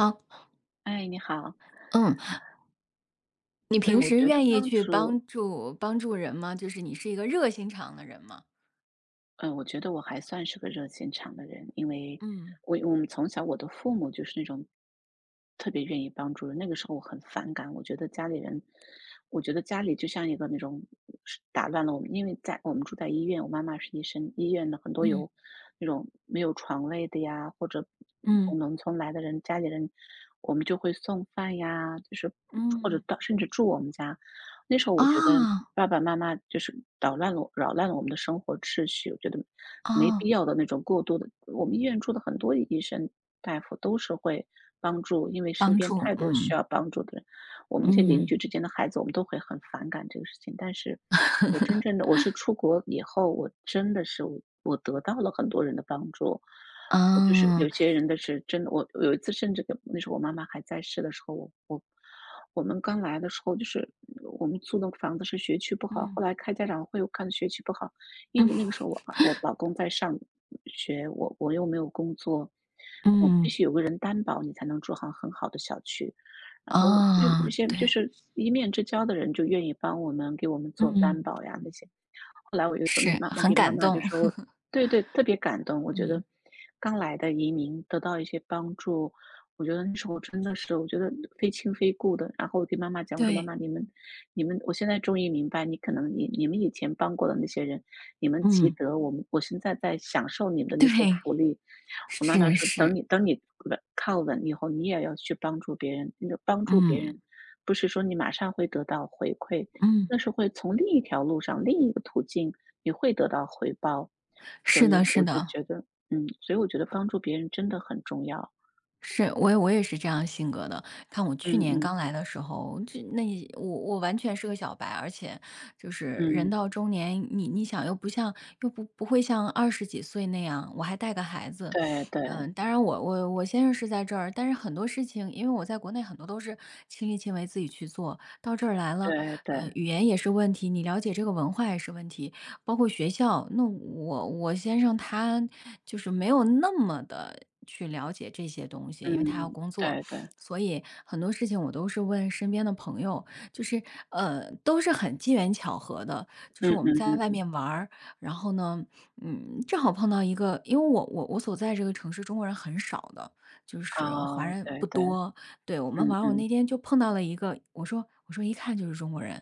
好，哎，你好。嗯，你对，平我时觉得愿意当去初帮助帮助人吗？就是你是一个热心肠的人吗？嗯，我觉得我还算是个热心肠的人，因为嗯我们从小我的父母就是那种特别愿意帮助人。那个时候我很反感，我觉得家里就像一个那种是打乱了我们，因为在我们住在医院，我妈妈是医生，医院的很多嗯有那种没有床位的呀，或者嗯从农村来的人，家里人我们就会送饭呀，就是或者嗯，到甚至住我们家。那时候我觉得啊爸爸妈妈就是捣乱了扰乱了我们的生活秩序，我觉得没必啊，要的那种过多的我们医院住的很多医生大夫都是会帮助，因为身帮边助，太多需嗯要帮助的人，我们这些邻嗯，居之间的孩子，我们都会很反感这个事情。但是我真正的 我是出国以后，我真的是我得到了很多人的帮助。我就是啊，有些人的是真的，我有一次甚至跟那时候我妈妈还在世的时候，我们刚来的时候，就是我们租的房子是学区不好，嗯后来开家长会，我看学区不好，因嗯为那个时候我老公在上学，我又没有工作，我必嗯，须有个人担保，你才能住上很好的小区。然后就一啊，些就对，是一面之交的人就愿意帮我们给我们做嗯，担保呀那些，后来我就送给是妈我很给妈感妈就动，说 对对，特别感动。我觉嗯，得刚来的移民得到一些帮助，我觉得那时候真的是，我觉得非亲非故的。然后我给妈妈讲，我说妈对，妈，你们，我现在终于明白，你可能你们以前帮过的那些人，你们积嗯德，我现在在享受你们的那些对，福利。我妈妈是说，等是，你等你稳以后，你也要去帮助别人，那个帮助别嗯人。不是说你马上会得到回馈，嗯，那是会从另一条路上、另一个途径，你会得到回报。所是的，以是我就的，觉得嗯，所以我觉得帮助别人真的很重要。是，我也是这样性格的。看我去嗯年嗯刚来的时候，就那一我我完全是个小白，而且就是人嗯，到中年，你想又不会像20几岁那样，我还带个孩子，对对嗯，当然我先生是在这儿，但是很多事情，因为我在国内很多都是亲力亲为自己去做，到这儿来了，对对，语言也是问题，你了解这个文化也是问题，包括学校，那我先生他就是没有那么的去了解这些东西，因为他要嗯，工作，对对，所以很多事情我都是问身边的朋友，就是都是很机缘巧合的，就是嗯我们在嗯外嗯，面玩儿然后呢，嗯，正好碰到一个，因为我所在这个城市中国人很少的，就是华哦，人对不对，多，对，我们嗯玩儿我嗯那天就碰到了一个，我说一看就是中国人，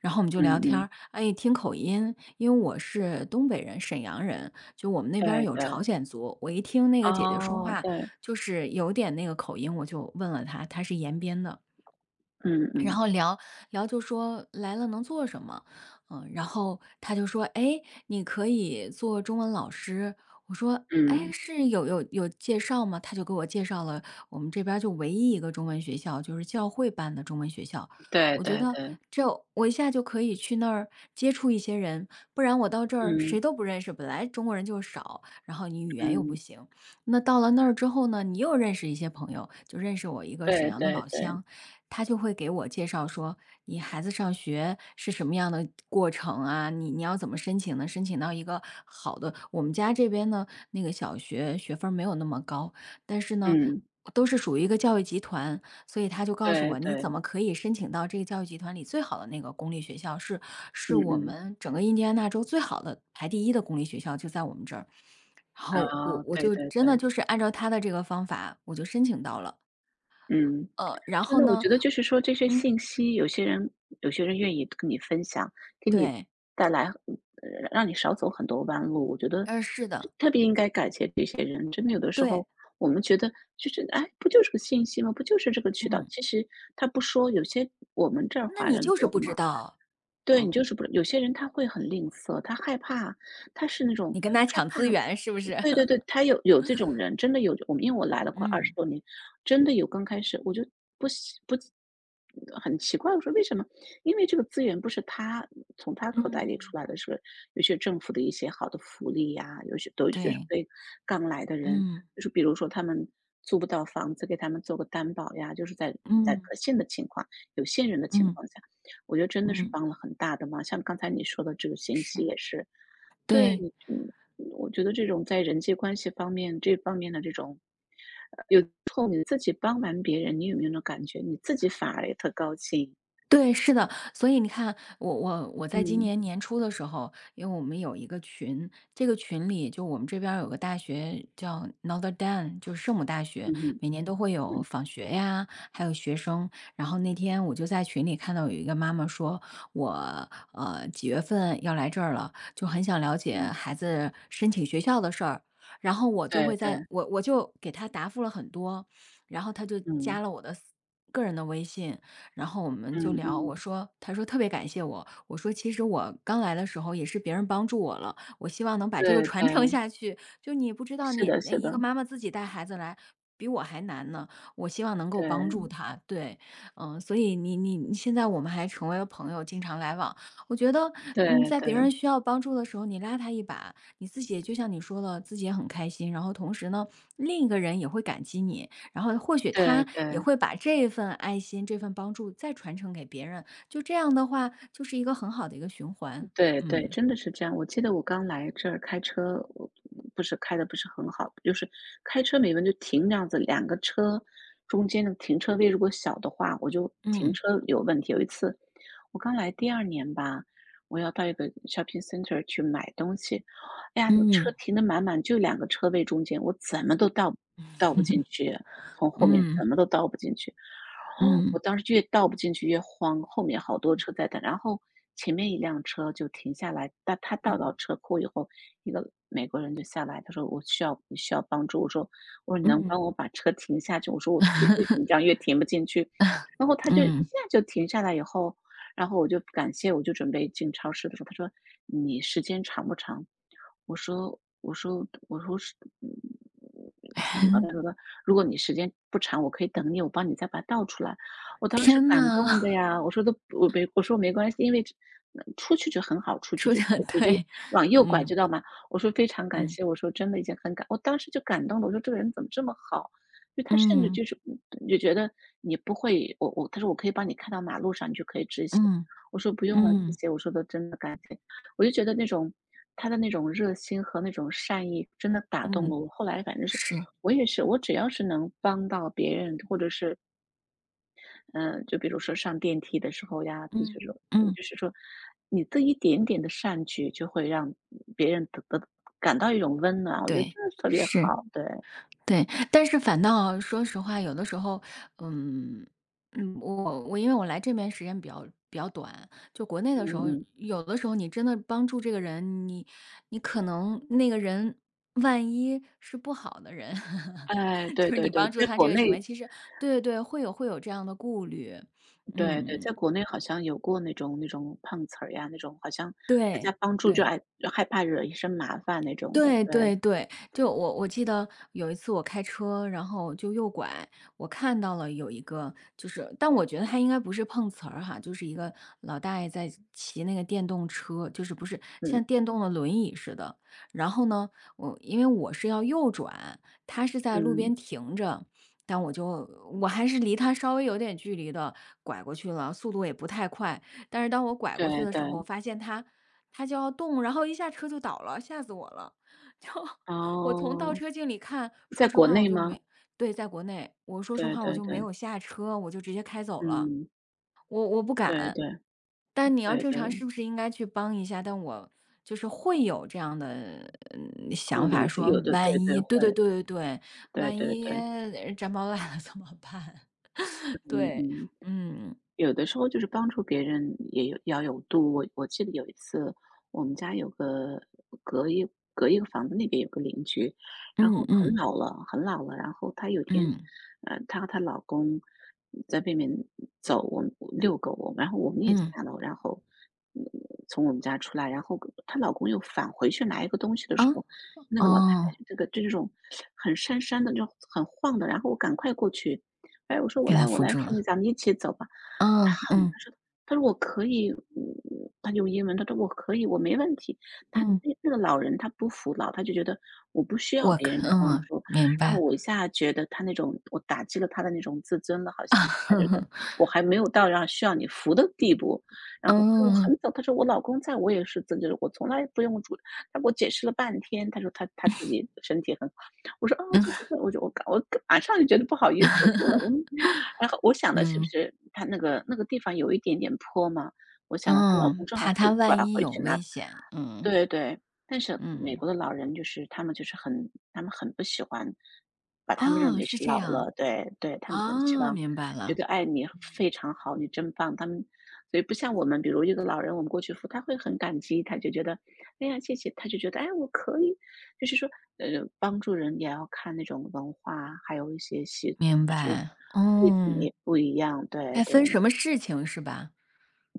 然后我们就嗯聊天儿，嗯，哎，听口音，因为我是东北人，沈阳人，就我们那边儿对有朝对，鲜族。我一听那个姐姐说哦，话，对，就是有点那个口音，我就问了她，她是延边的。嗯然嗯后聊聊就说来了能做什么，嗯，然后他就说，哎，你可以做中文老师。我说，哎，嗯，是有介绍吗？他就给我介绍了我们这边儿就唯一一个中文学校，就是教会办的中文学校。对我觉对得对，这我一下就可以去那儿接触一些人，不然我到这儿嗯谁都不认识，本来中国人就少，然后你语言又不嗯，行，那到了那儿之后呢，你又认识一些朋友，就认识我一个沈对阳的对老对，乡。他就会给我介绍说，你孩子上学是什么样的过程啊？你要怎么申请呢？申请到一个好的，我们家这边呢，那个小学学分儿没有那么高，但是呢，嗯，都是属于一个教育集团，所以他就告诉对我，你怎对，么可以申请到这个教育集团里最好的那个公立学校？是是嗯我嗯，们整个印第安纳州最好的排第一的公立学校就在我们这儿。然后我哦，我对就对真的对，就是按照他的这个方法，我就申请到了。嗯。然真后的，我呢，觉得就是说这些嗯，信息，有些人愿意跟你分享，给你对，带来让你少走很多弯路。我觉得是的，特别应该感谢这些人，真的有的时对，候我们觉得就是，哎，不就是个信息吗？不就是这个渠道？嗯，其实他不说，我们这儿那华你人就是多不知吗？道，对，你就是嗯，不有些人他会很吝啬，他害怕，他是那种你跟他害抢怕资源是不是？对对对，他有这种人，真的有，我们因为我来了快二十嗯多年，真的有刚开始我就不喜不很奇怪，我说为什么？因为这个资源不是他从他口袋里嗯，出来的，是有些政府的一些好的福利呀，有些都是对，对刚来的人，嗯就是比如说他们租不到房子，给他们做个担保呀，就是在嗯嗯可信的情况、有信任的情嗯，况下。我觉得真的是嗯帮了很大的忙，像刚才你说的这个信息是，也是，对，对，你嗯，我觉得这种在人际关系方面这方面的这种，有时候你自己帮完别人，你有没有那种感觉，你自己反而也特高兴？对，是的，所以你看，我在今嗯，年年初的时候，因为我们有一个群，这个群里就我们这边儿有个大学叫 Notre Dame，就是圣母大学，嗯哼，每年都会有嗯访学呀，还有学生。然后那天我就在群里看到有一个妈妈说，我几月份要来这儿了，就很想了解嗯孩子申请学校的事儿。然后我就对对给他答复了很多，然后他就加了我的个人的微信。然后我们嗯就嗯聊，我嗯，说，他说特别感谢我，我说其实我刚来的时候也是别人帮助我了，我希望能把这个对传承对，下去。就你不知道是你，的那是一个的，妈妈自己带孩子来。比我还难呢，我希望能够帮助对她，对，嗯，所以你现在我们还成为了朋友，经常来往。我觉得，嗯，对在别人对需要帮助的时候，你拉他一把，你自己也就像你说的，自己也很开心，然后同时呢，另一个人也会感激你。然后或许对他也对。会把这份爱心、这份帮助再传承给别人，就这样的话，就是一个很好的一个循环。对对，嗯。真的是这样。我记得我刚来这儿开车，我不是开的不是很好，就是开车没问题，就停这样子，两个车中间的停车位如果小的话，我就停嗯车有问题。有一次，我刚来第二年吧，我要到一个 shopping center 去买东西，哎呀，车嗯停的满满，就两个车位中间，我怎么都倒不进去，从后面嗯怎么都倒不进去。嗯我当时越倒不进去越慌，后面好多车在等，然后前面一辆车就停下来，但他倒嗯到车库以后，一个美国人就下来，他说："我需要你需要帮助。"我说："我说你能嗯 帮我把车停下去？"我说："我特别越紧张 越停不进去。"然后他就一嗯，下就停下来以后，然后我就感谢，我就准备进超市的时候，他说："你时间长不长？"我说："我说我说是嗯，怎么了？的？"如果你时间不长，我可以等你，我帮你再把它倒出来。我当时天感呐，动的呀，我说都不我没我说没关系，因为这出去就很好，出去出就的直接对，往右拐，知嗯道吗？我说非常感嗯谢，我说真的已经我当时就感动了，我说这个人怎么这么好？就他甚至嗯就觉得你不会，我他说我可以帮你开到马路上，你就可以直行。嗯我说不用了，谢嗯谢，我说的真的感谢。我就觉得那种他的那种热心和那种善意，真的打动嗯，了我。后来反正是是，我也是，我只要是能帮到别人，或者是就比如说上电梯的时候呀，就是嗯说嗯，就是说你这一点点的善举，就会让别人得感到一种温暖。我觉得对，真的特别是。好，对，对，但是反倒说实话，有的时候，嗯嗯，我因为我来这边时间比较短，就国内的时候，嗯嗯。有的时候你真的帮助这个人，你可能那个人万一是不好的人，哎，就对是你对对，帮助在他这国个行为，内，其实对对对，会有这样的顾虑，对对，嗯，在国内好像有过那种那种碰瓷儿呀，那种好像大对家帮助对。就害怕惹一身麻烦那种的，对对，对对，就我记得有一次我开车，然后就右拐，我看到了有一个，就是，但我觉得他应该不是碰瓷儿哈，就是一个老大爷在骑那个电动车，就是不是嗯。像电动的轮椅似的。然后呢，我因为我是要右转，他是在路嗯，边停着，但我还是离他稍微有点距离的拐过去了，速度也不太快。但是当我拐过去对的对，时候，我发现他就要动，然后一下车就倒了，吓死我了。就 然我从倒后车镜里看，在说实国话我内就吗？没对，在国内，我说实对话我对就没对，有下车，我就直接开走了，嗯，我不对敢。对但你要对正常对，是不是应该去帮一下？但我就是会有这样的嗯顾想法，虑说有的，万对对一，对对会，对对对，对万对一对，长毛来 了怎么办？嗯对，嗯。嗯有的时候就是帮助别人也有要有度。我记得有一次，我们家隔一隔一个房子那边有个邻居，然嗯后很嗯老了，很老了。然后她有天，嗯她和她老公在外面走，我遛狗，然后我们也嗯下楼，然后嗯从我们家出来，然后她老公又返回去拿一个东西的啊时候，那个老太哦，太就这种很姗姗的，就很晃的。然后我赶快过去，哎，我说我给他来，我扶来住扶你，了，咱们一起走吧。嗯嗯他说我可以，嗯，他用英文，他说我可以，我没问题。嗯，那个老人他不服老，他就觉得我不需要我别人可的帮嗯助。明然后白 我一下觉得他那种我打击了他的那种自尊了，好像他觉得 我还没有到让需要你服的地步。然后他说我嗯，很早，他说我老公在我也是自己，我从来不用主，他给我解释了半天，他说他自己身体很好。我说啊，嗯就是我马上就觉得不好意思，我说我们然后我想的是不嗯，是他那个地方有一点点坡嘛，我想了她老公嗯，正好怕他回拐万一回有去危拿。险，嗯，对对，但是美嗯，国的老人就是他们很不喜欢把他们认哦，为是是这老样，了，对对，他们很希啊，望明白觉了，得，哎，你非常好，你真棒。他们所以不像我们，比如一个老人，我们过去扶他会很感激，他就觉得，哎呀，谢谢，他就觉得，哎，我可以，就是说，帮助人也要看那种文化，还有一些习，明就是白，背景哦，也不一样，对还分对。什么事情是吧？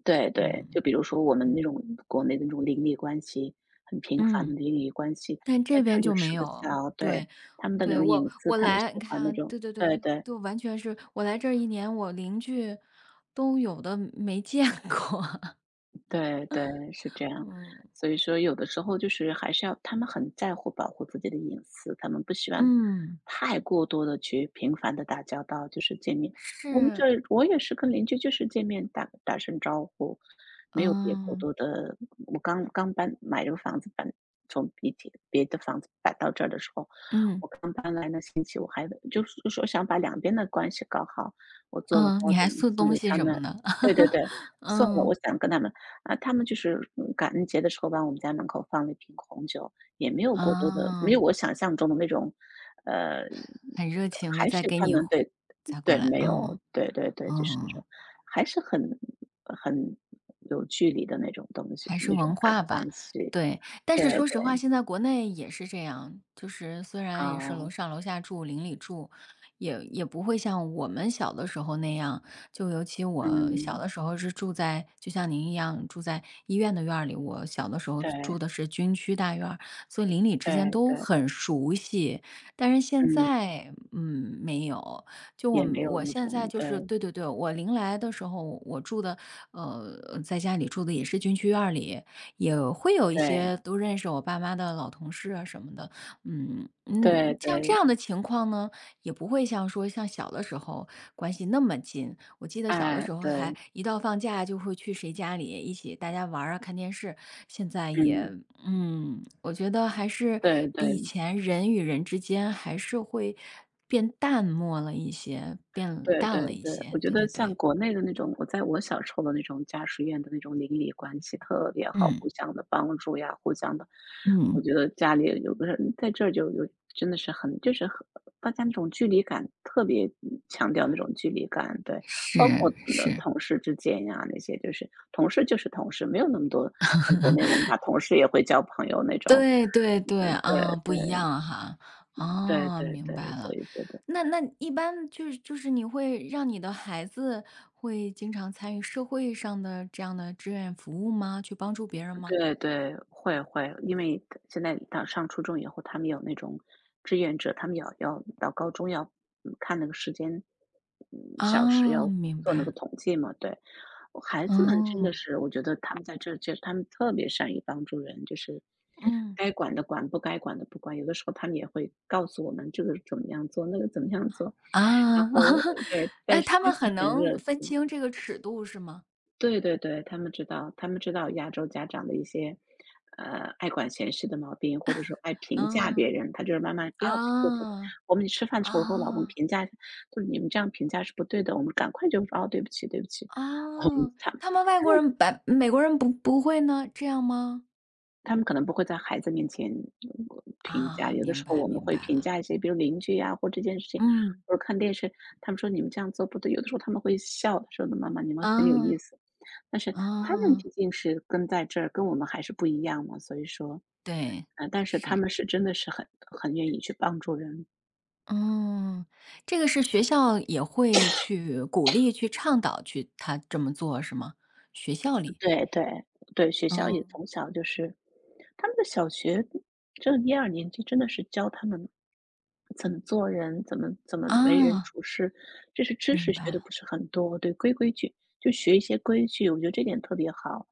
对对，嗯，就比如说我们那嗯，种国内的那种邻里关系，很频繁嗯，的邻里关系，但在这这边儿就就没吃不有，消，对，对，他们的那对，种我隐私，我他们喜来，你欢看那啊种。对对对对，对，就完全是我来这儿一年，我邻居都有的没见过，对对，是这 样。嗯所以说，有的时候就是还是要他们很在乎保护自己的隐私，他们不喜欢嗯，太过多的去频繁的打交道，就是见面。我们这是，我也是跟邻居就是见面打打声招呼，没有别过嗯多的。我刚买这个房子搬从别的房子搬到这儿的时候，嗯。我刚搬来那星期，我还就是说想把两边的关系搞好，我做了嗯，糕你还点送送东给西他什么们。的。对对 对，送了嗯，我想跟他们。啊，他们就是，嗯感恩节的时候往我们家门口放了一瓶红酒，也没有过多的没有啊，我想象中的那种，呃，很热情的还是再给他你们对。再过对，来，没嗯，有，对对对，就是那嗯。种还是很很有距离的那种东西，还是那种文感化吧，关系。对。但对是说实话，对，现在国内也是这样，就是虽然也是啊，楼上楼下住、邻里住，也不会像我们小的时候那样。就尤其我小嗯，的时候是住在，就像您一样住在医院的院儿里，我小的时候住对的是军区大院儿所以邻里之间对都对，很熟悉。但是现嗯，在，嗯，没有。就我也们没有我那现在种。就对是对对对，我临来的时候，我住的呃，在家里住的也是军区院儿里，也会有一对些都认识我爸妈的老同事啊什么的。嗯对嗯，像这对，样的情况呢，也不会像小的时候关系那么近。我记得小的哎，时候还对，一到放假就会去谁家里一起大家玩儿啊看电视，现在也嗯，嗯，我觉得还是对比以对。前人与人之间还是会变淡漠了一些，变对淡对了一对，我些。觉对对得像对，国内的那种，我在我小时候的那种家属院的那种邻里关系特别好，嗯互相的帮助呀，互相的，嗯，我觉得家里有个人在这儿就有真的是很就是很大家那种距离感特别嗯强调那种距离感，对，包是括们的是，同事之间呀那些，就是同事就是同事，没有那么多像国内文化，同事也会交朋友那种。对对对，啊，对不一对样哈，对哦，对明对，白所了。以觉得。那一般就是你会让你的孩子会经常参与社会上的这样的志愿服务吗？去帮助别人吗？对对，会会，因为现在到上初中以后，他们有那种志愿者，他们要到高中要嗯看那个时间，嗯，小时啊，要明做那个白，统计嘛。对，孩子们真哦，的是，我觉得他们在这，他们特别善于帮助人，就是嗯。该管的管，不该管的不管。有的时候他们也会告诉我们这个怎么样做，那个怎么样做，然啊，后 对，哎，但是他他们们是很很能热分情。清这个尺度是吗？对对对，他们知道，他们知道亚洲家长的一些，爱管闲事的毛病，或者说爱评价嗯，别人。他就是妈妈不要过多的，啊，我们吃饭的时候我和我老公啊，评价，就是你们这样评价是不对的，我们赶快就说哦，对不起，对不起。我们啊，他他们外国人白美国人不会呢，这样吗？他们可能不会在孩子面前评价，啊，有的明时候白我们明会白评了，价一些，比如邻居呀，或这件事情，嗯，或者看电视，他们说你们这样做不对，有的时候他们会笑，说的妈妈你们很有意啊，思。但是他们啊，毕竟是跟在这儿，跟我们还是不一样嘛，所以说，对，但是他是，们是真的是很很愿意去帮助人。嗯，这个是学校也会去鼓励、去倡导去他这么做是吗？学校里，对对，对，学校也嗯，从小就是他们的小学，这一二年级真的是教他们怎么做人，怎么为人啊，处事，这是知明识学白。的不是很多，对，规规矩，就学一些规矩，我觉得这点特别好，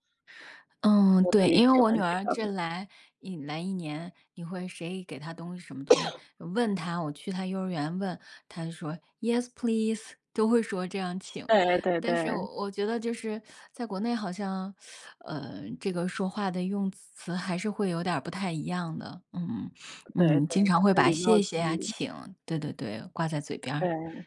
嗯，我特对，别因为喜我女欢这儿个。一来一年，你会谁给她东西什么东西，问她，我去她幼儿园问，她就说 yes please，都会说这样请。对对但是对，我觉得就是在国内好像，这个说话的用词还是会有点儿不太一样的，嗯对嗯，对，经常他们会的把礼貌谢谢敬呀、语，请，对对对，挂在嘴边儿对。